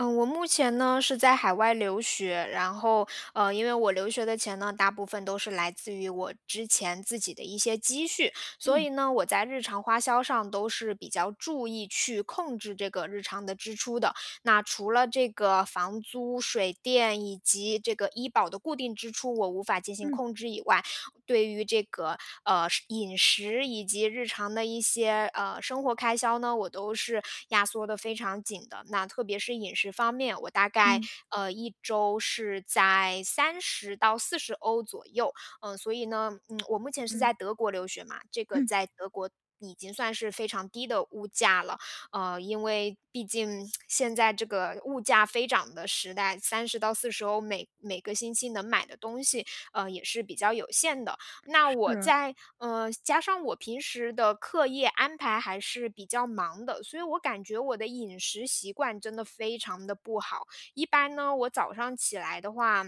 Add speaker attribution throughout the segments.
Speaker 1: 嗯，我目前呢是在海外留学，然后因为我留学的钱呢，大部分都是来自于我之前自己的一些积蓄，所
Speaker 2: 嗯
Speaker 1: 以呢，我在日常花销上都是比较注意去控制这个日常的支出的。那除了这个房租、水电以及这个医保的固定支出，我无法进行
Speaker 2: 嗯
Speaker 1: 控制以外，对于这个饮食以及日常的一些生活开销呢，我都是压缩的非常紧的。那特别是饮食方面，我大概
Speaker 2: 嗯
Speaker 1: 一周是在三十到四十欧左右。所以呢，我目前是
Speaker 2: 嗯
Speaker 1: 在德国留学嘛，这个
Speaker 2: 嗯，
Speaker 1: 在德国。已经算是非常低的物价了，因为毕竟现在这个物价飞涨的时代，三十到四十欧每个星期能买的东西，也是比较有限的。那
Speaker 2: 是，
Speaker 1: 加上我平时的课业安排还是比较忙的，所以我感觉我的饮食习惯真的非常的不好。一般呢，我早上起来的话，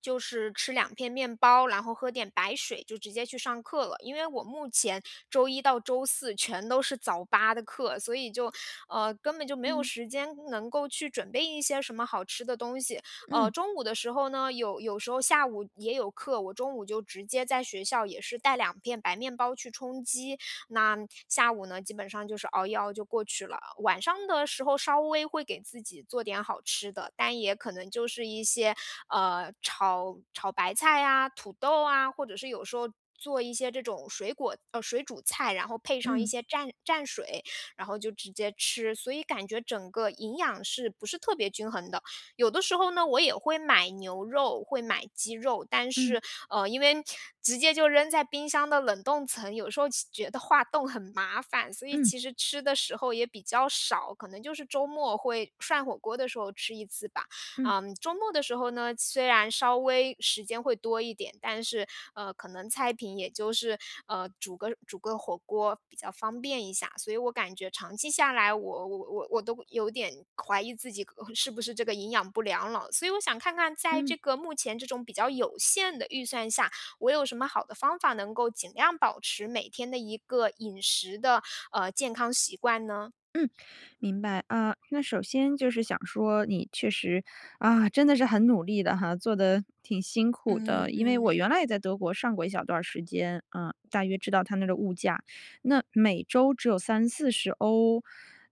Speaker 1: 就是吃两片面包，然后喝点白水就直接去上课了。因为我目前周一到周四全都是早八的课，所以就根本就没有
Speaker 2: 嗯
Speaker 1: 时间能够去准备一些什么好吃的东西。
Speaker 2: 嗯
Speaker 1: 中午的时候呢，有时候下午也有课，我中午就直接在学校也是带两片白面包去充饥。那下午呢，基本上就是熬一熬就过去了。晚上的时候稍微会给自己做点好吃的，但也可能就是一些炒炒白菜啊、土豆啊，或者是有时候。做一些这种水煮菜，然后配上一
Speaker 2: 嗯
Speaker 1: 些蘸蘸水，然后就直接吃，所以感觉整个营养是不是特别均衡的？有的时候呢，我也会买牛肉，会买鸡肉，但
Speaker 2: 嗯
Speaker 1: 是，因为直接就扔在冰箱的冷冻层，有时候其觉得化冻很麻烦，所以
Speaker 2: 嗯
Speaker 1: 其实吃的时候也比较少，可能就是周末会涮火锅的时候吃一次吧。
Speaker 2: 嗯
Speaker 1: 周末的时候呢，虽然稍微时间会多一点，但是，可能菜品也就是，煮个火锅比较方便一下，所以我感觉长期下来，我都有点怀疑自己是不是这个营养不良了，所以我想看看，在
Speaker 2: 嗯
Speaker 1: 这个目前这种比较有限的预算下，我有什么好的方法能够尽量保持每天的一个饮食的健康习惯呢？
Speaker 2: 嗯，明白啊。那首先就是想说，你确实啊，真的是很努力的哈，做的挺辛苦
Speaker 1: 嗯
Speaker 2: 的。因为我
Speaker 1: 嗯
Speaker 2: 原来也在德国上过一小段儿时间，大约知道他那儿的物价，那每周只有30到40欧，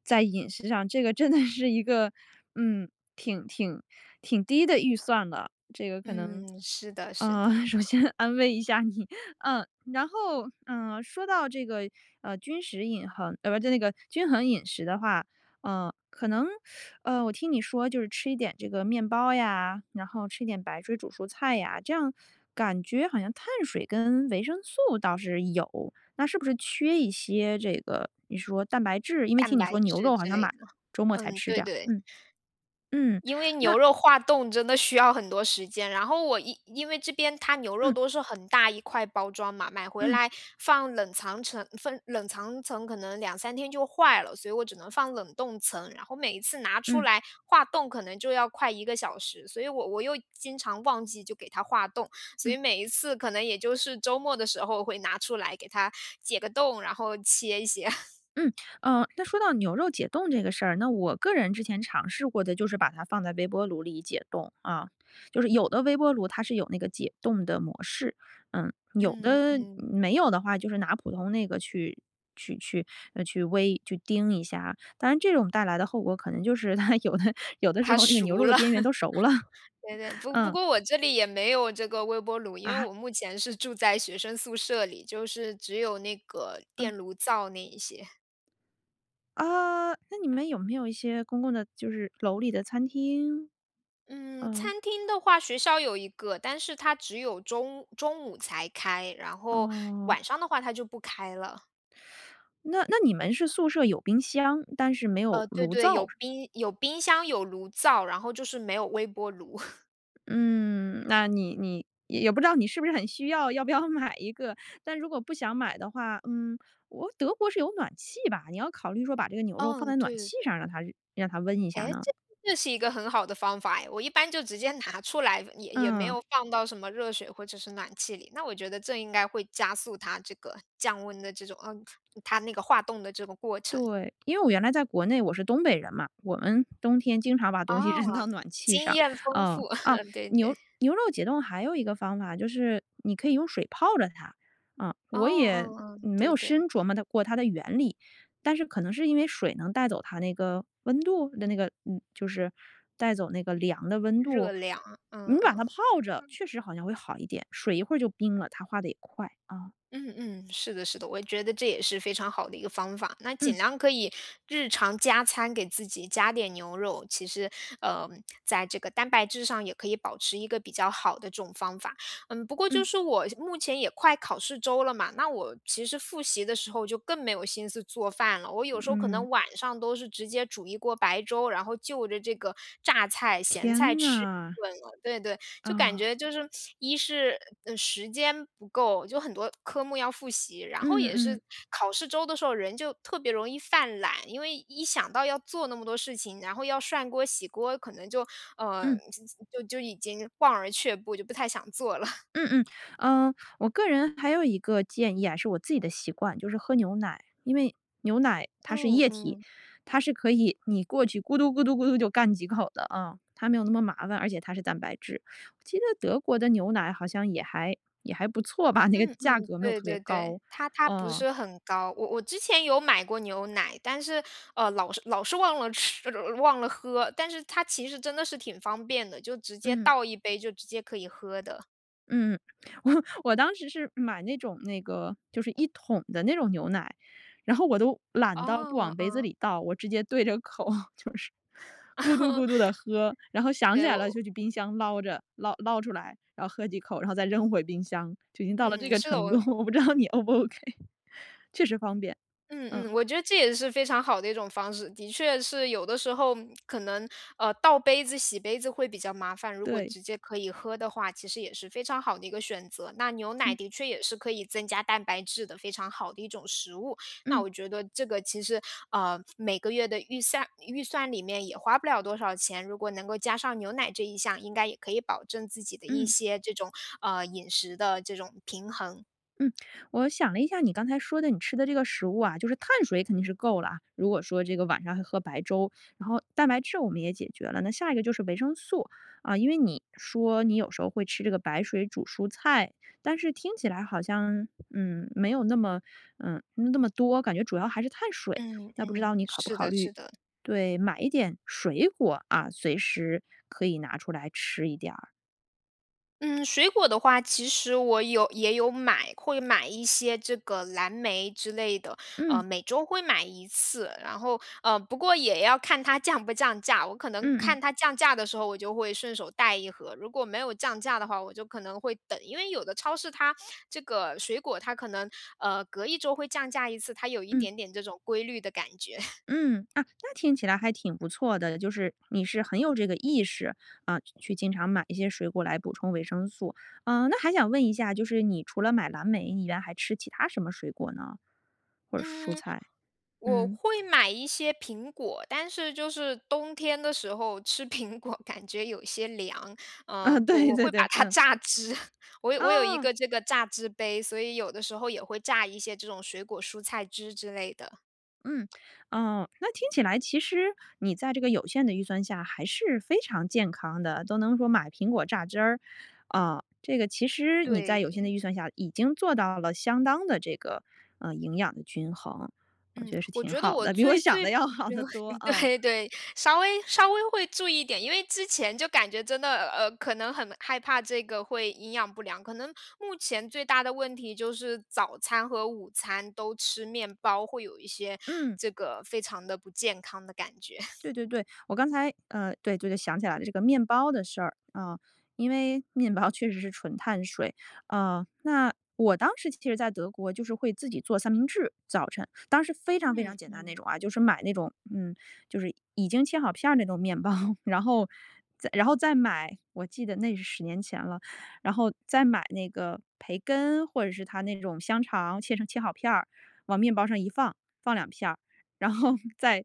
Speaker 2: 在饮食上，这个真的是一个嗯，挺挺挺低的预算了。这个可能
Speaker 1: 嗯，是的，是的，
Speaker 2: 首先安慰一下你，说到这个，均食饮衡，呃，不就那个均衡饮食的话，呃，可能，我听你说就是吃一点这个面包呀，然后吃一点白水煮蔬菜呀，这样感觉好像碳水跟维生素倒是有，那是不是缺一些这个你说蛋白质？因为
Speaker 1: 蛋
Speaker 2: 听你说
Speaker 1: 白
Speaker 2: 牛
Speaker 1: 质
Speaker 2: 肉好
Speaker 1: 之
Speaker 2: 像
Speaker 1: 类
Speaker 2: 买
Speaker 1: 的。
Speaker 2: 周末才
Speaker 1: 嗯，
Speaker 2: 吃这
Speaker 1: 对
Speaker 2: 样，
Speaker 1: 对，
Speaker 2: 嗯嗯，
Speaker 1: 因为
Speaker 2: 那
Speaker 1: 牛肉化冻真的需要很多时间。然后因为这边它牛肉
Speaker 2: 嗯
Speaker 1: 都是很大一块包装嘛，买回
Speaker 2: 嗯嗯
Speaker 1: 来放冷藏层，分冷藏层可能两三天就坏了，所以我只能放冷冻层。然后每一次拿
Speaker 2: 嗯
Speaker 1: 出
Speaker 2: 嗯。
Speaker 1: 来化冻，可能就要快一个小时，所以我又经常忘记就给它化冻，所以每一次可能也就是周末的时候会拿出来给它解个冻，然后切一些。
Speaker 2: 嗯，那说到牛肉解冻这个事儿，那我个人之前尝试过的就是把它放在微波炉里解冻啊，就是有的微波炉它是有那个解冻的模式，嗯，有
Speaker 1: 嗯
Speaker 2: 的
Speaker 1: 嗯，
Speaker 2: 没有的话，就是拿普通那个去呃去微去叮一下，当然这种带来的后果可能就是它有的 有的时
Speaker 1: 它
Speaker 2: 候那个牛
Speaker 1: 熟
Speaker 2: 肉的
Speaker 1: 了。
Speaker 2: 边缘都熟了，
Speaker 1: 对对，不不
Speaker 2: 嗯
Speaker 1: 过我这里也没有这个微波炉，因为
Speaker 2: 啊
Speaker 1: 我目前是住在学生宿舍里，就是只有那个
Speaker 2: 嗯
Speaker 1: 电炉灶那一些。
Speaker 2: 啊，那你们有没有一些公共的就是楼里的餐厅？
Speaker 1: 嗯，
Speaker 2: 嗯
Speaker 1: 餐厅的话，学校有一个，但是它只有中午才开，然后
Speaker 2: 哦。
Speaker 1: 晚上的话它就不开了。
Speaker 2: 那你们是宿舍有冰箱，但是没有
Speaker 1: 对
Speaker 2: 炉
Speaker 1: 对，
Speaker 2: 灶，
Speaker 1: 有冰箱，有炉灶，然后就是没有微波炉。
Speaker 2: 嗯，那你也不知道你是不是很需要，要不要 买一个？但如果不想买的话，我德国是有暖气吧？你要考虑说把这个牛肉放
Speaker 1: 嗯，
Speaker 2: 在暖
Speaker 1: 对
Speaker 2: 气上，让它温一下
Speaker 1: 哎，
Speaker 2: 呢？
Speaker 1: 这是一个很好的方法哎！我一般就直接拿 出来，也没
Speaker 2: 嗯。
Speaker 1: 有放到什么热水或者是暖气里，那我觉得这应该会加速它这个降温的这种它那个化冻的这个过程。
Speaker 2: 对，因为我原来在国内，我是东北人嘛，我们冬天经常把东西 扔
Speaker 1: 哦，
Speaker 2: 到暖气
Speaker 1: 经
Speaker 2: 上。
Speaker 1: 验丰
Speaker 2: 嗯，
Speaker 1: 富，
Speaker 2: 啊，
Speaker 1: 对
Speaker 2: 牛
Speaker 1: 对，
Speaker 2: 牛肉解冻还有一个方法就是你可以用水泡着它。啊，
Speaker 1: 哦，
Speaker 2: 我也
Speaker 1: 嗯嗯，
Speaker 2: 没
Speaker 1: 对
Speaker 2: 有深
Speaker 1: 对，
Speaker 2: 琢磨的过它的原理，但是可能是因为水能带走它那个温度的那个，带走那个凉的温度。
Speaker 1: 热量啊，嗯
Speaker 2: 你把
Speaker 1: 嗯。
Speaker 2: 它泡着，确实好像会好一点，水一会儿就冰了，它化的也快啊。
Speaker 1: 嗯嗯，是的，是的，我觉得这也是非常好的一个方法。那
Speaker 2: 嗯
Speaker 1: 尽量可以日常加餐，给自己加点牛肉。其实，呃，在这个蛋白质上也可以保持一个比较好的这种方法。嗯，不过就
Speaker 2: 嗯
Speaker 1: 是我目前也快考试周了嘛，那我其实复习的时候就更没有心思做饭了。我有时候可
Speaker 2: 嗯，
Speaker 1: 能晚上都是直接煮一锅白粥，然后就着这个榨菜、咸菜
Speaker 2: 天
Speaker 1: 吃一
Speaker 2: 呐，
Speaker 1: 顿了。对对，就感
Speaker 2: 啊。
Speaker 1: 觉就是一是，时间不够，就很多科目要复习，然后
Speaker 2: 嗯
Speaker 1: 也
Speaker 2: 嗯
Speaker 1: 是考试周的时候人就特别容易犯懒，因为一想到要做那么多事情，然后要涮锅、洗锅，可能就，
Speaker 2: 嗯
Speaker 1: 就已经望而却步，就不太想做了。
Speaker 2: 嗯嗯，呃，我个人还有一个建议啊，是我自己的习惯，就是喝牛奶，因为牛奶它是
Speaker 1: 嗯
Speaker 2: 液体，
Speaker 1: 嗯。
Speaker 2: 它是可以你过去咕嘟咕嘟咕嘟就干几口的啊，它没有那么麻烦，而且它是蛋白质。我记得德国的牛奶好像也还不错吧，那个
Speaker 1: 嗯
Speaker 2: 价
Speaker 1: 嗯，
Speaker 2: 格没有
Speaker 1: 对
Speaker 2: 特别
Speaker 1: 对对，
Speaker 2: 高，
Speaker 1: 它不
Speaker 2: 哦，
Speaker 1: 是很高。我之前有买过牛奶，但是老是忘了吃，忘了喝。但是它其实真的是挺方便的，就直接
Speaker 2: 嗯。
Speaker 1: 倒一杯就直接可以喝的。
Speaker 2: 嗯，我我当时是买那种那个就是一桶的那种牛奶，然后我都懒到不往
Speaker 1: 哦，
Speaker 2: 杯子
Speaker 1: 嗯，
Speaker 2: 里倒，我直接对着口。咕嘟咕嘟的 喝，然后想起
Speaker 1: 对
Speaker 2: 来
Speaker 1: 我，
Speaker 2: 了就去冰箱捞着捞捞出来，然后喝几口，然后再扔回冰箱，就已经到了这
Speaker 1: 嗯，
Speaker 2: 个
Speaker 1: 是的，
Speaker 2: 程度，
Speaker 1: 我
Speaker 2: 我不知道你 O 不 OK，确实方便。嗯，
Speaker 1: 嗯嗯，我觉得这也是非常好的一种方式。的确是有的时候可能，倒杯子、洗杯子会比较麻烦，如果
Speaker 2: 对，
Speaker 1: 直接可以喝的话，其实也是非常好的一个选择。那牛奶
Speaker 2: 嗯
Speaker 1: 的确也是可以增加蛋白质的，非常好的一种食物。那
Speaker 2: 嗯
Speaker 1: 我觉得这个其实，每个月的预算里面也花不了多少钱，如果能够加上牛奶这一项，应该也可以保证自己的一
Speaker 2: 嗯。
Speaker 1: 些这种，饮食的这种平衡。
Speaker 2: 嗯，我想了一下你刚才说的你吃的这个食物啊，就是碳水肯定是够了啊，如果说这个晚上还喝白粥，然后蛋白质我们也解决了，那下一个就是维生素啊，因为你说你有时候会吃这个白水煮蔬菜，但是听起来好像没有那么那么多，感觉主要还是碳水，
Speaker 1: 嗯
Speaker 2: 那不知道
Speaker 1: 嗯，
Speaker 2: 你考不
Speaker 1: 是
Speaker 2: 考
Speaker 1: 的，
Speaker 2: 虑
Speaker 1: 是的。
Speaker 2: 对买一点水果啊，随时可以拿出来吃一点儿，
Speaker 1: 嗯，水果的话，其实我也有买，会买一些这个蓝莓之类的，
Speaker 2: 嗯
Speaker 1: 每周会买一次。然后，不过也要看它降不降价。我可能
Speaker 2: 嗯嗯嗯。
Speaker 1: 看它降价的时候，我就会顺手带一盒；如果没有降价的话，我就可能会等。因为有的超市它这个水果它可能隔一周会降价一次，它有一点点这种规律的感觉。
Speaker 2: 嗯，啊，那听起来还挺不错的，就是你是很有这个意识，啊，去经常买一些水果来补充维生素。嗯，那还想问一下，就是你除了买蓝莓以外，你原来还吃其他什么水果呢？或者蔬
Speaker 1: 嗯，
Speaker 2: 菜？
Speaker 1: 我
Speaker 2: 嗯，
Speaker 1: 会买一些苹果，但是就是冬天的时候吃苹果 感觉有些凉，
Speaker 2: 啊，
Speaker 1: 嗯，我
Speaker 2: 对
Speaker 1: 我
Speaker 2: 对
Speaker 1: 会把
Speaker 2: 对，
Speaker 1: 它
Speaker 2: 嗯，
Speaker 1: 榨汁，我有一
Speaker 2: 啊。
Speaker 1: 个这个榨汁杯，所以有的时候也会榨一些这种水果蔬菜汁之类的，
Speaker 2: 嗯，哦，那听起来其实你在这个有限的预算下还是非常健康的，都能说买苹果榨汁儿，啊、这个其实你在有限
Speaker 1: 对。
Speaker 2: 的预算下已经做到了相当的这个营养的均衡，我
Speaker 1: 嗯，
Speaker 2: 觉得是
Speaker 1: 我
Speaker 2: 挺
Speaker 1: 觉得
Speaker 2: 好
Speaker 1: 我
Speaker 2: 的，比我
Speaker 1: 最
Speaker 2: 想
Speaker 1: 最
Speaker 2: 的
Speaker 1: 不
Speaker 2: 要好
Speaker 1: 均
Speaker 2: 得
Speaker 1: 衡
Speaker 2: 多啊。
Speaker 1: 对对，稍微会注意一点，因为之前就感觉真的可能很害怕这个会营养不良，可能目前最大的问题就是早餐和午餐都吃面包，会有一些
Speaker 2: 嗯
Speaker 1: 这个非常的不健康的感觉。
Speaker 2: 对 对对，我刚才对对对，想起来了这个面包的事儿啊、因为面包确实是纯碳水，啊。那我当时其实在德国就是会自己做三明治，早晨当时非常非常
Speaker 1: 嗯
Speaker 2: 简单那
Speaker 1: 嗯
Speaker 2: 种啊，就是买那种就是已经切好片儿那种面包，然后然后再买，我记得那是10年前了，然后再买那个培根或者是它那种香肠切好片儿，往面包上一放，放两片儿。然后 再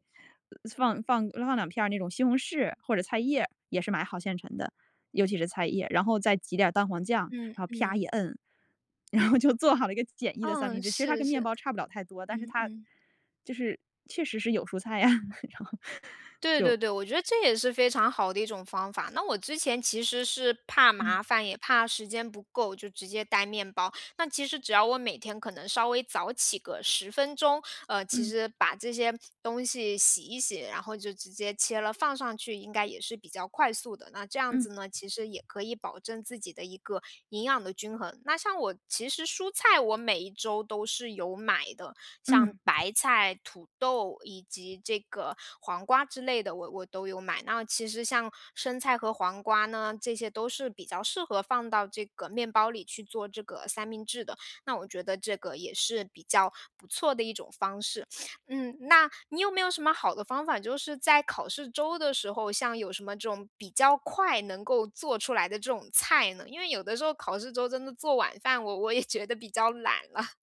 Speaker 2: 放两片儿那种西红柿或者菜叶，也是买好现成的，尤其是菜叶，然后再挤点儿蛋黄酱，
Speaker 1: 嗯
Speaker 2: 然后啪一
Speaker 1: 嗯，
Speaker 2: 摁，然后就做好了一个简易的三明
Speaker 1: 嗯，
Speaker 2: 治。其实它
Speaker 1: 是
Speaker 2: 跟面
Speaker 1: 是，
Speaker 2: 包差不了太多，但是
Speaker 1: 嗯
Speaker 2: 它
Speaker 1: 嗯。
Speaker 2: 就是确实是有蔬菜呀，然后
Speaker 1: 对
Speaker 2: 就
Speaker 1: 对对，我觉得这也是非常好的一种方法。那我之前其实是怕
Speaker 2: 嗯
Speaker 1: 麻烦，也怕时间不够，就直接带面包。那其实只要我每天可能稍微早起个10分钟，其
Speaker 2: 嗯
Speaker 1: 实把这些东西洗一洗，然后就直接切了放上去，应该也是比较快速的。那这样
Speaker 2: 嗯
Speaker 1: 子呢，其实也可以保证自己的一个营养的均衡。那像我其实蔬菜，我每一周都是有买的，像
Speaker 2: 嗯。
Speaker 1: 白菜、土豆以及这个黄瓜之类的，我都有买。那其实像生菜和黄瓜呢，这些都是比较适合放到这个面包里去做这个三明治的。那我觉得这个也是比较不错的一种方式。嗯，那你有没有什么好的方法，就是在考试周的时候，像有什么这种比较快能够做出来的这种菜呢？因为有的时候考试周真的做晚饭，我也觉得比较懒了。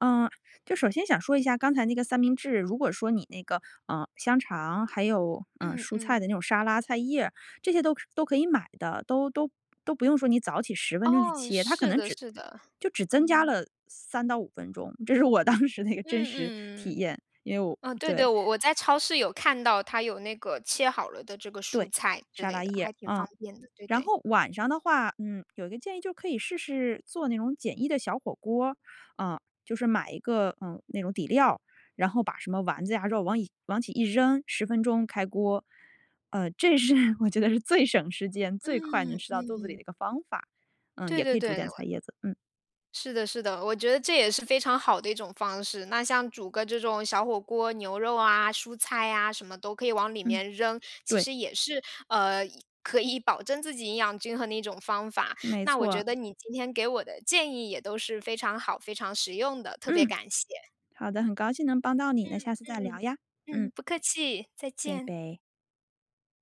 Speaker 2: 嗯，就首先想说一下刚才那个三明治，如果说你那个，嗯香肠，还有，
Speaker 1: 嗯
Speaker 2: 蔬菜
Speaker 1: 嗯。
Speaker 2: 的那种沙拉、菜叶，这些都是都可以买的，都不用说你早起十分钟去
Speaker 1: 哦，
Speaker 2: 切，它可
Speaker 1: 是
Speaker 2: 能
Speaker 1: 的
Speaker 2: 只
Speaker 1: 是的，
Speaker 2: 增加
Speaker 1: 嗯。
Speaker 2: 了3到5分钟，这是我当时的一个真实
Speaker 1: 嗯
Speaker 2: 体
Speaker 1: 嗯，
Speaker 2: 验，因为我
Speaker 1: 嗯，对对，
Speaker 2: 对，
Speaker 1: 我在超市有看到它有那个切好了的这个蔬
Speaker 2: 对，
Speaker 1: 菜之
Speaker 2: 沙
Speaker 1: 类
Speaker 2: 拉
Speaker 1: 的，
Speaker 2: 叶，
Speaker 1: 还挺
Speaker 2: 嗯。
Speaker 1: 方便的，对
Speaker 2: 然
Speaker 1: 对。
Speaker 2: 后晚上的话，嗯，有一个建议就可以试试做那种简易的小火锅，啊，就是买一个那种底料，然后把什么丸子呀肉往一往起一扔，十分钟开锅，这是 我觉得是最省时间、最快能
Speaker 1: 嗯
Speaker 2: 吃到
Speaker 1: 嗯，
Speaker 2: 饭。嗯，
Speaker 1: 对
Speaker 2: 也可
Speaker 1: 对
Speaker 2: 以煮
Speaker 1: 对，
Speaker 2: 点
Speaker 1: 我
Speaker 2: 菜叶子。嗯
Speaker 1: 是的是的，我觉得这也是非常好的一种方式。那像煮个这种小火锅，牛肉啊、蔬菜啊，什么都可以往里
Speaker 2: 嗯，
Speaker 1: 面扔，其
Speaker 2: 对，
Speaker 1: 实也是，呃，可以保证自己营养均衡的一种方法。
Speaker 2: 没
Speaker 1: 那我
Speaker 2: 错。
Speaker 1: 觉得你今天给我的建议也都是非常好、非常实用的，特别
Speaker 2: 嗯，
Speaker 1: 感谢。
Speaker 2: 好的，很高兴能帮到你，那
Speaker 1: 嗯
Speaker 2: 下次再聊
Speaker 1: 嗯，
Speaker 2: 呀。嗯，
Speaker 1: 嗯，不客气，再
Speaker 2: 拜
Speaker 1: 见。
Speaker 2: 拜。